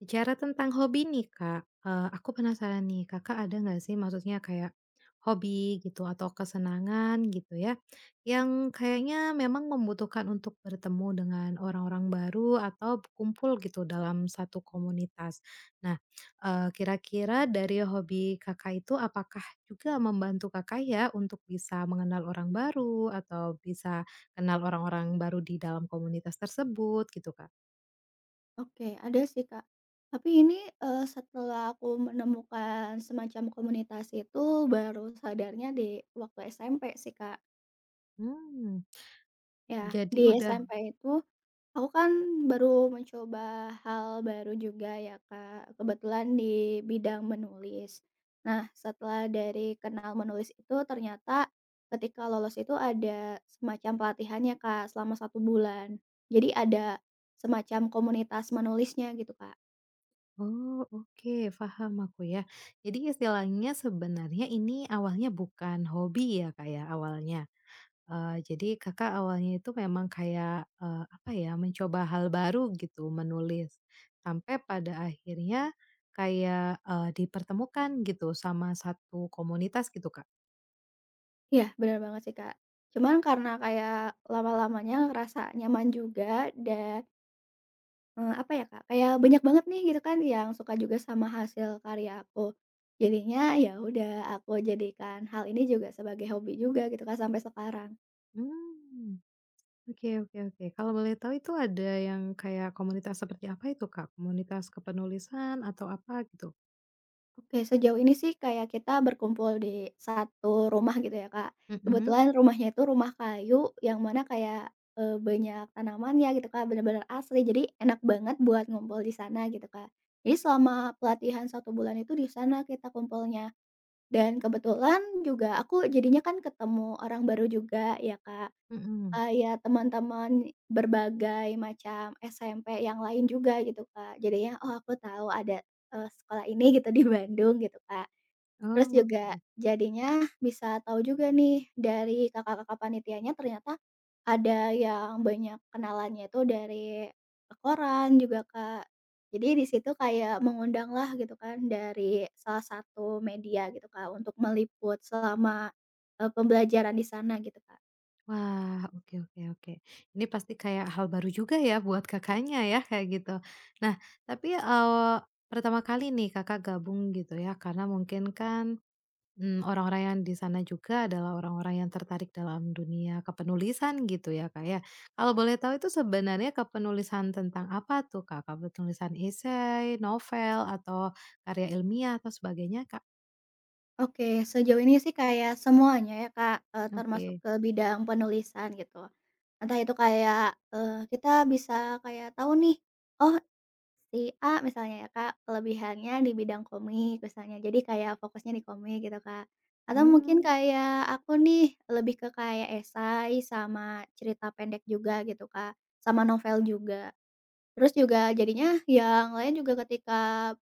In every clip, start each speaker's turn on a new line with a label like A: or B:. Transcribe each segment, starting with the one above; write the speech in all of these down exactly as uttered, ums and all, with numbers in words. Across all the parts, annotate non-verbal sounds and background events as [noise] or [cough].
A: Bicara tentang hobi nih Kak, eee, aku penasaran nih, Kakak ada nggak sih maksudnya kayak hobi gitu atau kesenangan gitu ya, yang kayaknya memang membutuhkan untuk bertemu dengan orang-orang baru atau berkumpul gitu dalam satu komunitas. Nah, eee, kira-kira dari hobi Kakak itu apakah juga membantu Kakak ya untuk bisa mengenal orang baru atau bisa kenal orang-orang baru di dalam komunitas tersebut gitu Kak?
B: Oke, ada sih, Kak. Tapi ini, eee, setelah aku menemukan semacam komunitas itu, baru sadarnya di waktu S M P sih, Kak.
A: Mmm,
B: Ya, di
A: jadi udah.
B: S M P itu aku kan baru mencoba hal baru juga ya, Kak, kebetulan di bidang menulis. Nah, setelah dari kenal menulis itu, ternyata ketika lolos itu ada semacam pelatihannya, Kak, selama satu bulan. Jadi ada semacam komunitas menulisnya gitu, Kak.
A: Oh, oke, paham aku ya. Jadi istilahnya sebenarnya ini awalnya bukan hobi ya, kayak awalnya. Eee, jadi Kakak awalnya itu memang kayak, eee, apa ya, mencoba hal baru gitu, menulis. Sampai pada akhirnya kayak, eee, dipertemukan gitu sama satu komunitas gitu Kak?
B: Iya, bener banget sih, Kak. Cuman karena kayak lama-lamanya ngerasa nyaman juga dan, eee, apa ya, Kak, kayak banyak banget nih gitu kan yang suka juga sama hasil karya aku. Jadinya ya udah aku jadikan hal ini juga sebagai hobi juga gitu, kan sampai sekarang.
A: Hmm, oke oke oke. Kalau boleh tahu itu ada yang kayak komunitas seperti apa itu Kak? Komunitas kepenulisan atau apa gitu?
B: Oke, sejauh ini sih kayak kita berkumpul di satu rumah gitu ya, Kak.
A: Mhm,
B: Kebetulan rumahnya itu rumah kayu yang mana kayak, eee, banyak tanamannya gitu, Kak, bener-bener asri, jadi enak banget buat ngumpul di sana gitu, Kak. Jadi selama pelatihan satu bulan itu di sana kita kumpulnya, dan
A: mmm,
B: kebetulan juga aku jadinya kan ketemu orang baru juga ya, Kak.
A: mhm.
B: Eee, iya, teman-teman berbagai macam S M P yang lain juga gitu, Kak. Jadinya, oh aku tahu ada, eee, sekolah ini gitu di Bandung gitu, Kak. Terus
A: Oh,
B: juga
A: oke.
B: jadinya bisa tahu juga nih dari kakak-kakak panitianya ternyata ada yang banyak kenalannya itu dari koran juga, Kak. Jadi di situ kayak mengundanglah gitu kan dari salah satu media gitu, Kak, untuk meliput selama, eee, pembelajaran di sana gitu, Kak.
A: Wah, oke oke oke. Ini pasti kayak hal baru juga ya buat Kakaknya ya, kayak gitu. Nah, tapi, eee, pertama kali nih Kakak gabung gitu ya, karena mungkin kan, mmm, orang-orang yang di sana juga adalah orang-orang yang tertarik dalam dunia kepenulisan gitu ya, Kak, ya. Kalau boleh tahu itu sebenarnya kepenulisan tentang apa tuh, Kak? Kepenulisan esai, novel, atau karya ilmiah atau sebagainya, Kak?
B: Oke, sejauh ini sih kayak semuanya ya, Kak, eee, termasuk
A: Oke.
B: ke bidang penulisan gitu. Entah itu kayak, eee, kita bisa kayak tahu nih, oh si A misalnya ya, Kak, kelebihannya di bidang komik misalnya, jadi kayak fokusnya di komik gitu, Kak. Atau mungkin
A: Hmm.
B: kayak aku nih lebih ke kayak esai sama cerita pendek juga gitu, Kak, sama novel juga. Terus juga jadinya yang lain juga ketika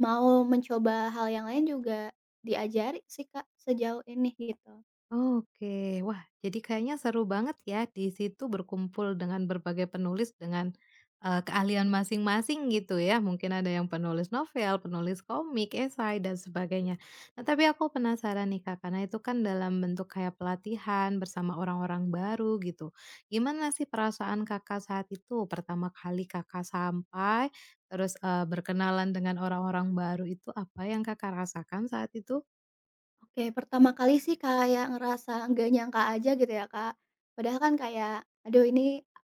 B: mau mencoba hal yang lain juga diajari sih, Kak, sejauh ini gitu.
A: Oke. Wah, jadi kayaknya seru banget ya di situ berkumpul dengan berbagai penulis dengan, eee, keahlian masing-masing gitu ya. Mungkin ada yang penulis novel, penulis komik, esai, dan sebagainya. Nah, tapi aku penasaran nih, Kak, karena itu kan dalam bentuk kayak pelatihan bersama orang-orang baru gitu. Gimana sih perasaan Kakak saat itu? Pertama kali Kakak sampai, terus, eee, berkenalan dengan orang-orang baru itu, apa yang Kakak rasakan saat itu?
B: Oke, pertama kali sih kayak ngerasa nggak nyangka aja gitu ya, Kak. Padahal kan kayak, aduh ini,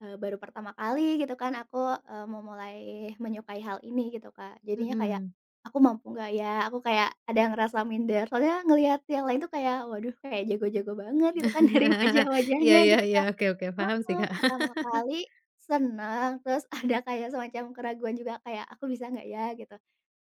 B: eee, baru pertama kali gitu kan aku, eh, mau mulai menyukai hal ini gitu, Kak. Jadinya kayak,
A: Mhm.
B: "Aku mampu nggak ya?" Aku kayak ada ngerasa minder, soalnya ngelihat yang lain tuh kayak, waduh kayak jago-jago banget gitu kan [laughs] dari
A: [laughs] Iya
B: wajah-wajahnya
A: iya
B: gitu,
A: iya,
B: Kak.
A: oke oke, paham sih,
B: Heeh,
A: Kak. [laughs]
B: pertama kali senang, terus [laughs] ada kayak semacam keraguan juga kayak, "Aku bisa nggak ya?" Gitu.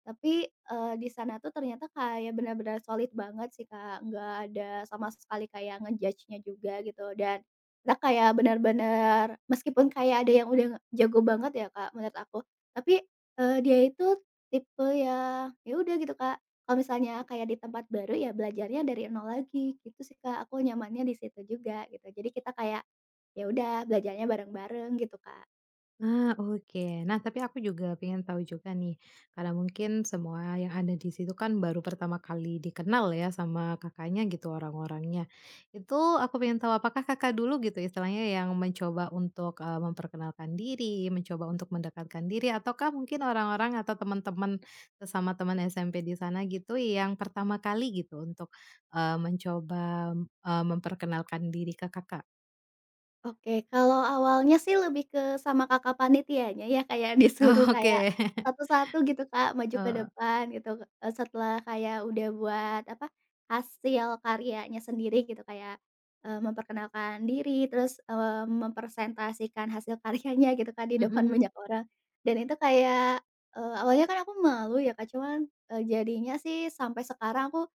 B: Tapi, eee, di sana tuh ternyata kayak benar-benar solid banget sih, Kak, nggak ada sama sekali kayak ngejudge nya juga gitu dan kita kayak benar-benar meskipun kayak ada yang udah jago banget ya, Kak, menurut aku, tapi, eee, dia itu tipe yang ya udah gitu, Kak, kalau misalnya kayak di tempat baru ya belajarnya dari nol lagi, gitu sih, Kak, aku nyamannya di situ juga gitu. Jadi kita kayak ya udah, belajarnya bareng-bareng gitu, Kak.
A: Ah, oke. Nah, tapi aku juga pengen tahu juga nih, karena mungkin semua yang ada di situ kan baru pertama kali dikenal ya sama Kakaknya gitu orang-orangnya. Itu aku pengen tahu apakah Kakak dulu gitu istilahnya yang mencoba untuk, eee, memperkenalkan diri, mencoba untuk mendekatkan diri, ataukah mungkin orang-orang atau teman-teman, sesama teman S M P di sana gitu yang pertama kali gitu untuk, eee, mencoba, eee, memperkenalkan diri ke Kakak?
B: Oke, kalau awalnya sih lebih ke sama kakak panitianya ya, kayak [laughs]
A: Oh,
B: disuruh kayak
A: oke. [laughs]
B: satu-satu gitu, Kak, maju ke
A: Oh,
B: depan gitu, eee, setelah kayak udah buat apa, hasil karyanya sendiri gitu, kayak, eee, memperkenalkan diri, terus, eee, mempresentasikan hasil karyanya gitu kan di depan
A: mhm.
B: banyak orang. Dan itu kayak, eee, awalnya kan aku malu ya, Kak, cuman, eee, jadinya sih sampai sekarang aku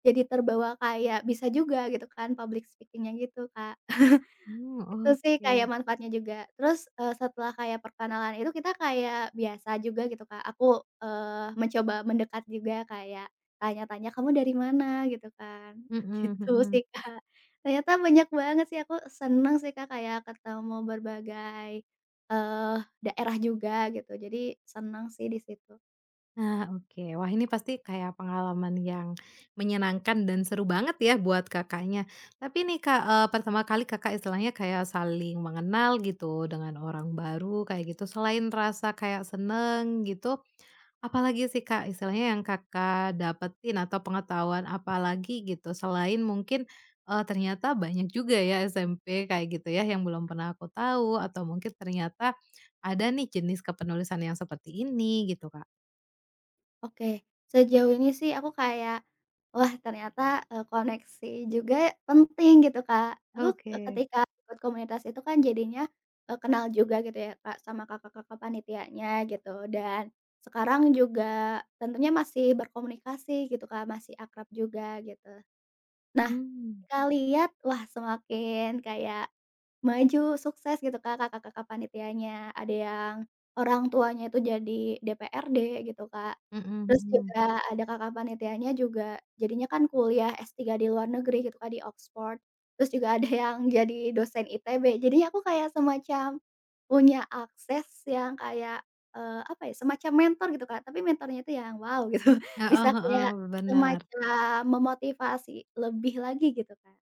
B: jadi terbawa kayak bisa juga gitu kan public speaking-nya gitu, Kak. [laughs]
A: Mmm,
B: Itu sih
A: oke.
B: kayak manfaatnya juga. Terus, eee, setelah kayak perkenalan itu kita kayak biasa juga gitu, Kak. Aku, eee, mencoba mendekat juga kayak tanya-tanya, "Kamu dari mana?" Gitu kan. [laughs]
A: Mhm
B: Gitu
A: mhm.
B: sih, Kak. Ternyata banyak banget sih aku seneng sih, Kak, kayak ketemu berbagai, eee, daerah juga gitu. Jadi seneng sih di situ.
A: Nah, oke. Wah, ini pasti kayak pengalaman yang menyenangkan dan seru banget ya buat Kakaknya. Tapi nih Kak, eee, pertama kali Kakak istilahnya kayak saling mengenal gitu dengan orang baru kayak gitu, selain rasa kayak seneng gitu, apalagi sih, Kak, istilahnya yang Kakak dapetin atau pengetahuan apalagi gitu selain mungkin, eee, ternyata banyak juga ya S M P kayak gitu ya yang belum pernah aku tahu, atau mungkin ternyata ada nih jenis kepenulisan yang seperti ini gitu, Kak.
B: Oke, sejauh ini sih aku kayak, wah ternyata, eee, koneksi juga penting gitu, Kak. Aku,
A: Oke.
B: ketika ikut komunitas itu kan jadinya, eee, kenal juga gitu ya, Kak, sama kakak-kakak panitianya gitu, dan sekarang juga tentunya masih berkomunikasi gitu, Kak, masih akrab juga gitu. Nah,
A: Mmm,
B: ketika lihat, wah semakin kayak maju, sukses gitu Kak, kakak-kakak panitianya. Ada yang orang tuanya itu jadi D P R D gitu Kak.
A: mhm
B: Terus
A: mhm.
B: juga ada kakak panitianya juga jadinya kan kuliah s tiga di luar negeri gitu Kak, di Oxford. Terus juga ada yang jadi dosen I T B. Jadi aku kayak semacam punya akses yang kayak, eee, apa ya, semacam mentor gitu Kak, tapi mentornya itu yang wow gitu. [laughs]
A: Heeh
B: Bisa kayak
A: heeh, bener.
B: semacam memotivasi lebih lagi gitu, Kak.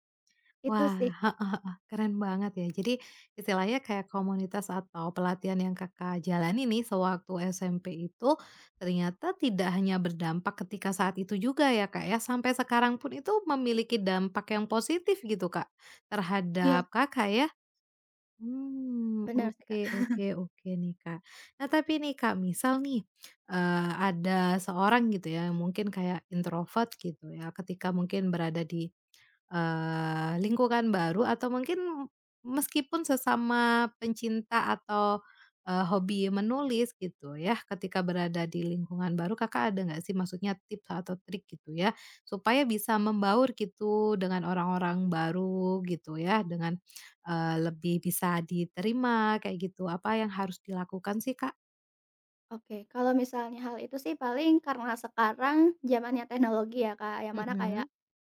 B: Itu
A: Wah,
B: sih.
A: heeh heeh, keren banget ya. Jadi istilahnya kayak komunitas atau pelatihan yang Kakak jalani nih sewaktu S M P itu ternyata tidak hanya berdampak ketika saat itu juga ya, Kak, ya, sampai sekarang pun itu memiliki dampak yang positif gitu, Kak,
B: Iya,
A: terhadap Kakak ya? Hmm,
B: bener sih, Kak.
A: oke oke oke nih, Kak. Nah, tapi nih, Kak, misal nih, eee, ada seorang gitu ya, mungkin kayak introvert gitu ya, ketika mungkin berada di Eee, lingkungan baru, atau mungkin meskipun sesama pencinta atau, eee, hobi menulis gitu ya, ketika berada di lingkungan baru Kakak ada nggak sih maksudnya tips atau trik gitu ya, supaya bisa membaur gitu dengan orang-orang baru gitu ya, dengan, eee, lebih bisa diterima kayak gitu, apa yang harus dilakukan sih, Kak?
B: Oke, kalau misalnya hal itu sih paling karena sekarang zamannya teknologi ya, Kak, yang mana kayak
A: Mhm,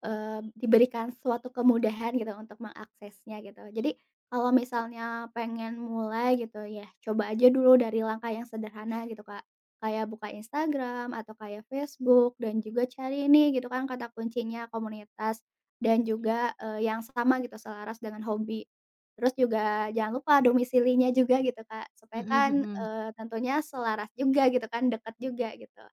B: Eee, diberikan suatu kemudahan gitu untuk mengaksesnya gitu. Jadi kalau misalnya pengen mulai gitu ya coba aja dulu dari langkah yang sederhana gitu, Kak. Kayak buka Instagram atau kayak Facebook dan juga cari nih gitu kan kata kuncinya komunitas dan juga, eee, yang sama gitu selaras dengan hobi. Terus juga jangan lupa domisilinya juga gitu, Kak, supaya
A: mhm
B: kan,
A: mhm.
B: eee, tentunya selaras juga gitu kan, dekat juga gitu.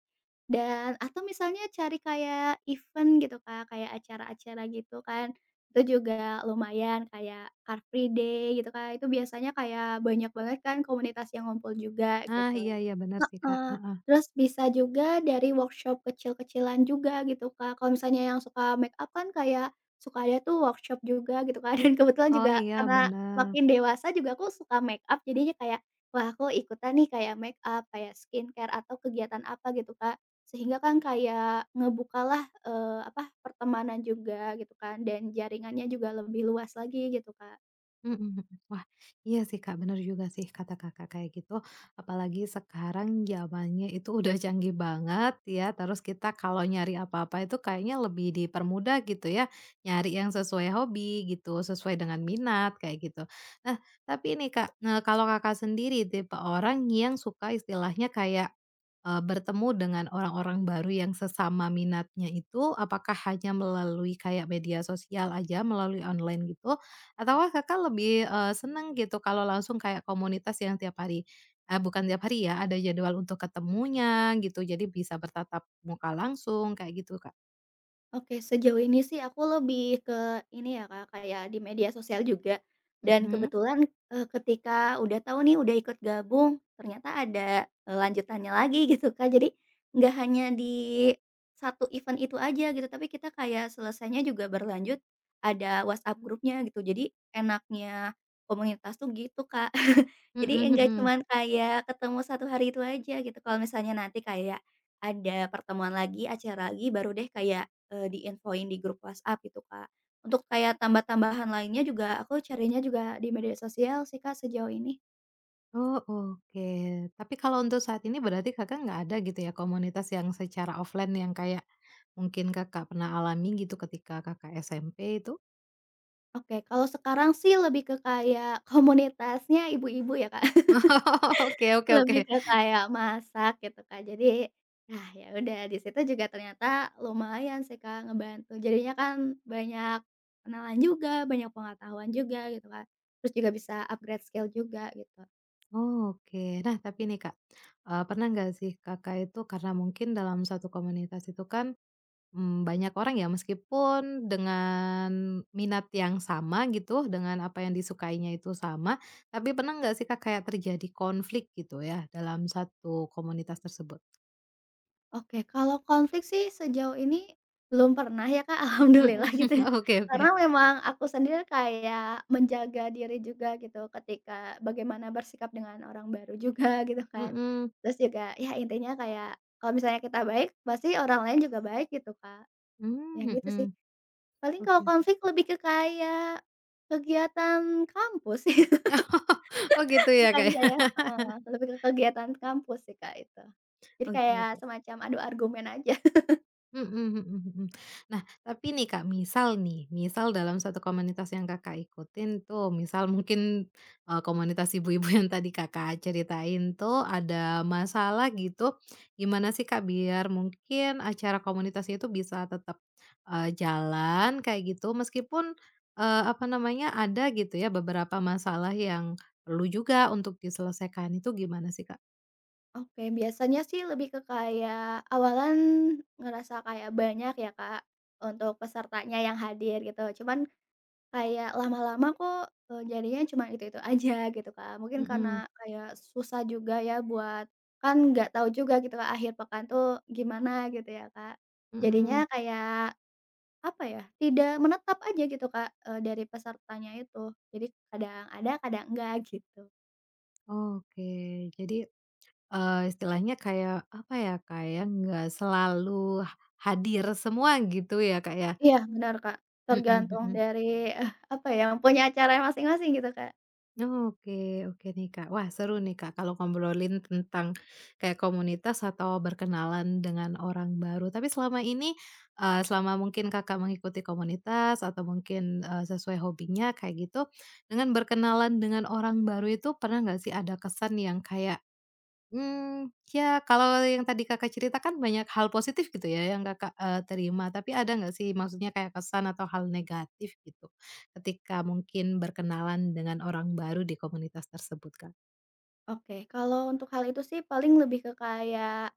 B: Dan atau misalnya cari kayak event gitu, Kak, kayak acara-acara gitu kan, itu juga lumayan kayak Car Free Day gitu, Kak, itu biasanya kayak banyak banget kan komunitas yang ngumpul juga
A: Ah,
B: gitu.
A: iya iya benar sih, Kak,
B: Heeh,
A: heeh.
B: terus bisa juga dari workshop kecil-kecilan juga gitu, Kak. Kalau misalnya yang suka make up kan kayak suka ada tuh workshop juga gitu kak [laughs] dan kebetulan
A: Oh
B: juga
A: iya
B: karena
A: benar.
B: makin dewasa juga aku suka make up jadinya kayak, wah aku ikutan nih kayak make up kayak skincare atau kegiatan apa gitu, Kak. Sehingga kan kayak ngebukalah, eee, apa, pertemanan juga gitu kan dan jaringannya juga lebih luas lagi gitu, Kak.
A: Mhm mhm. Wah, iya sih, Kak, bener juga sih kata Kakak kayak gitu. Apalagi sekarang zamannya itu udah canggih banget ya, terus kita kalau nyari apa-apa itu kayaknya lebih dipermudah gitu ya, nyari yang sesuai hobi gitu, sesuai dengan minat kayak gitu. Nah, tapi ini Kak, nah kalau Kakak sendiri tipe orang yang suka istilahnya kayak, eee, bertemu dengan orang-orang baru yang sesama minatnya itu, apakah hanya melalui kayak media sosial aja, melalui online gitu? Atau Kakak lebih, eee, seneng gitu kalau langsung kayak komunitas yang tiap hari, eee, bukan tiap hari ya, ada jadwal untuk ketemunya gitu, jadi bisa bertatap muka langsung kayak gitu, Kak?
B: Oke, sejauh ini sih aku lebih ke ini ya, Kak, kayak di media sosial juga. Dan
A: Mhm.
B: kebetulan, eee, ketika udah tahu nih udah ikut gabung, ternyata ada, eee, lanjutannya lagi [laughs] gitu, Kak. Jadi nggak hanya di satu event itu aja gitu, tapi kita kayak selesainya juga berlanjut, ada WhatsApp grupnya gitu. Jadi enaknya komunitas tuh gitu, Kak. [laughs] Jadi
A: Mhm
B: enggak
A: mhm.
B: cuman kayak ketemu satu hari itu aja gitu. Kalau misalnya nanti kayak ada pertemuan lagi, acara lagi, baru deh kayak Eee, diinfoin di grup WhatsApp gitu, Kak. Untuk kayak tambah-tambahan lainnya juga aku carinya juga di media sosial sih, Kak, sejauh ini.
A: Oh, oke. Tapi kalau untuk saat ini berarti Kakak nggak ada gitu ya komunitas yang secara offline, yang kayak mungkin Kakak pernah alami gitu ketika Kakak S M P itu?
B: Oke, kalau sekarang sih lebih ke kayak [laughs] komunitasnya ibu-ibu ya, Kak. [laughs]
A: [laughs] Oke oke oke.
B: Lebih ke kayak masak gitu, Kak. Jadi, nah ya udah di situ juga ternyata lumayan sih, Kak, ngebantu. Jadinya kan banyak kenalan juga, banyak pengetahuan juga gitu kak. Terus juga bisa upgrade skill juga gitu.
A: Oh, oke. Nah, tapi nih Kak, eee, pernah nggak sih Kakak itu karena mungkin dalam satu komunitas itu kan mmm, banyak orang ya meskipun dengan minat yang sama gitu, dengan apa yang disukainya itu sama, tapi pernah nggak sih Kak kayak terjadi konflik gitu ya dalam satu komunitas tersebut?
B: Oke, kalau konflik sih sejauh ini belum pernah ya, Kak, [laughs] alhamdulillah
A: Mhm,
B: gitu ya.
A: [laughs] oke
B: Karena
A: oke.
B: memang aku sendiri kayak menjaga diri juga gitu ketika bagaimana bersikap dengan orang baru juga [laughs] gitu kan.
A: Mhm,
B: Terus juga ya intinya kayak kalau misalnya kita baik pasti orang lain juga baik gitu, Kak. Ya
A: mmm,
B: gitu
A: mhm,
B: sih. Paling kalau
A: oke oke.
B: konflik lebih ke kayak kegiatan kampus [laughs] sih,
A: [laughs] Oh gitu ya
B: bukan
A: Kak ya?
B: kayak heeh, lebih ke kegiatan kampus sih, Kak, itu. Jadi
A: Oke
B: kayak
A: oke.
B: semacam adu argumen aja.
A: Mhm mhm mhm. Nah, tapi nih Kak, misal nih, misal dalam satu komunitas yang Kakak ikutin tuh, misal mungkin, eee, komunitas ibu-ibu [laughs] yang tadi Kakak ceritain tuh ada masalah gitu, gimana sih Kak biar mungkin acara komunitasnya itu bisa tetap, eee, jalan kayak gitu meskipun, eee, apa namanya, ada gitu ya beberapa masalah yang perlu juga untuk diselesaikan, itu gimana sih Kak?
B: Oke, biasanya sih lebih ke kayak awalan ngerasa kayak banyak ya, Kak, untuk pesertanya yang hadir gitu. Cuman kayak lama-lama kok, eee, jadinya cuma itu-itu aja gitu, Kak. Mungkin
A: Mhm
B: karena kayak susah juga ya buat kan nggak tahu juga gitu kak akhir pekan tuh gimana gitu ya, Kak.
A: mhm.
B: Jadinya kayak apa ya, tidak menetap aja gitu, Kak, eee, dari pesertanya itu. Jadi kadang ada, kadang enggak gitu.
A: Oke, jadi Eee, istilahnya kayak, apa ya, kayak nggak selalu hadir semua gitu ya, Kak, ya?
B: Iya benar, Kak,
A: Mhm
B: tergantung
A: mhm.
B: dari, eh, apa ya, punya acaranya masing-masing gitu, Kak.
A: Oke oke nih, Kak. Wah, seru nih, Kak, kalau ngobrolin tentang kayak komunitas atau berkenalan dengan orang baru. Tapi selama ini, eee, selama mungkin Kakak mengikuti komunitas atau mungkin, eee, sesuai hobinya kayak gitu, dengan berkenalan dengan orang baru itu pernah nggak sih ada kesan yang kayak mmm, ya kalau yang tadi Kakak ceritakan banyak hal positif gitu ya yang Kakak, eee, terima, tapi ada nggak sih maksudnya kayak kesan atau hal negatif gitu ketika mungkin berkenalan dengan orang baru di komunitas tersebut, Kak?
B: Oke, kalau untuk hal itu sih paling lebih ke kayak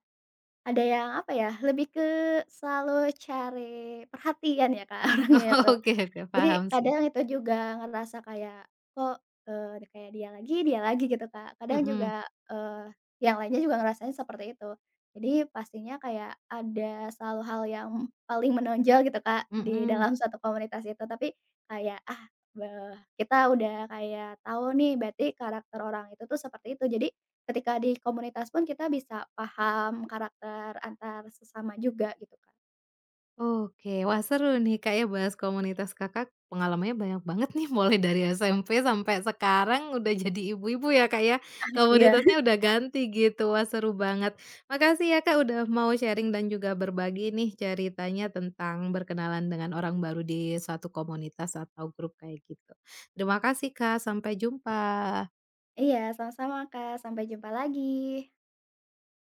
B: ada yang, apa ya, lebih ke selalu cari perhatian ya, Kak, [laughs] orangnya
A: [laughs] Oh,
B: itu.
A: oke oke,
B: Jadi
A: paham sih.
B: kadang itu juga ngerasa kayak, kok, eee, kayak dia lagi dia lagi gitu, Kak. Kadang
A: Mhm,
B: juga, eee, yang lainnya juga ngerasain seperti itu. Jadi pastinya kayak ada selalu hal yang paling menonjol gitu, Kak, di
A: mhm.
B: dalam suatu komunitas itu. Tapi kayak, ah, beh kita udah kayak tahu nih berarti karakter orang itu tuh seperti itu. Jadi ketika di komunitas pun kita bisa paham karakter antar sesama juga gitu, Kak.
A: Oke, wah seru nih Kak ya bahas komunitas Kakak, pengalamannya banyak banget nih [laughs] mulai dari S M P sampai sekarang udah jadi ibu-ibu ya Kak ya,
B: Iya.
A: komunitasnya udah ganti gitu, wah seru banget. Makasih ya Kak udah mau sharing dan juga berbagi nih ceritanya tentang berkenalan dengan orang baru di suatu komunitas atau grup kayak gitu. Terima kasih Kak, sampai jumpa.
B: Iya, sama-sama, Kak. Sampai jumpa lagi.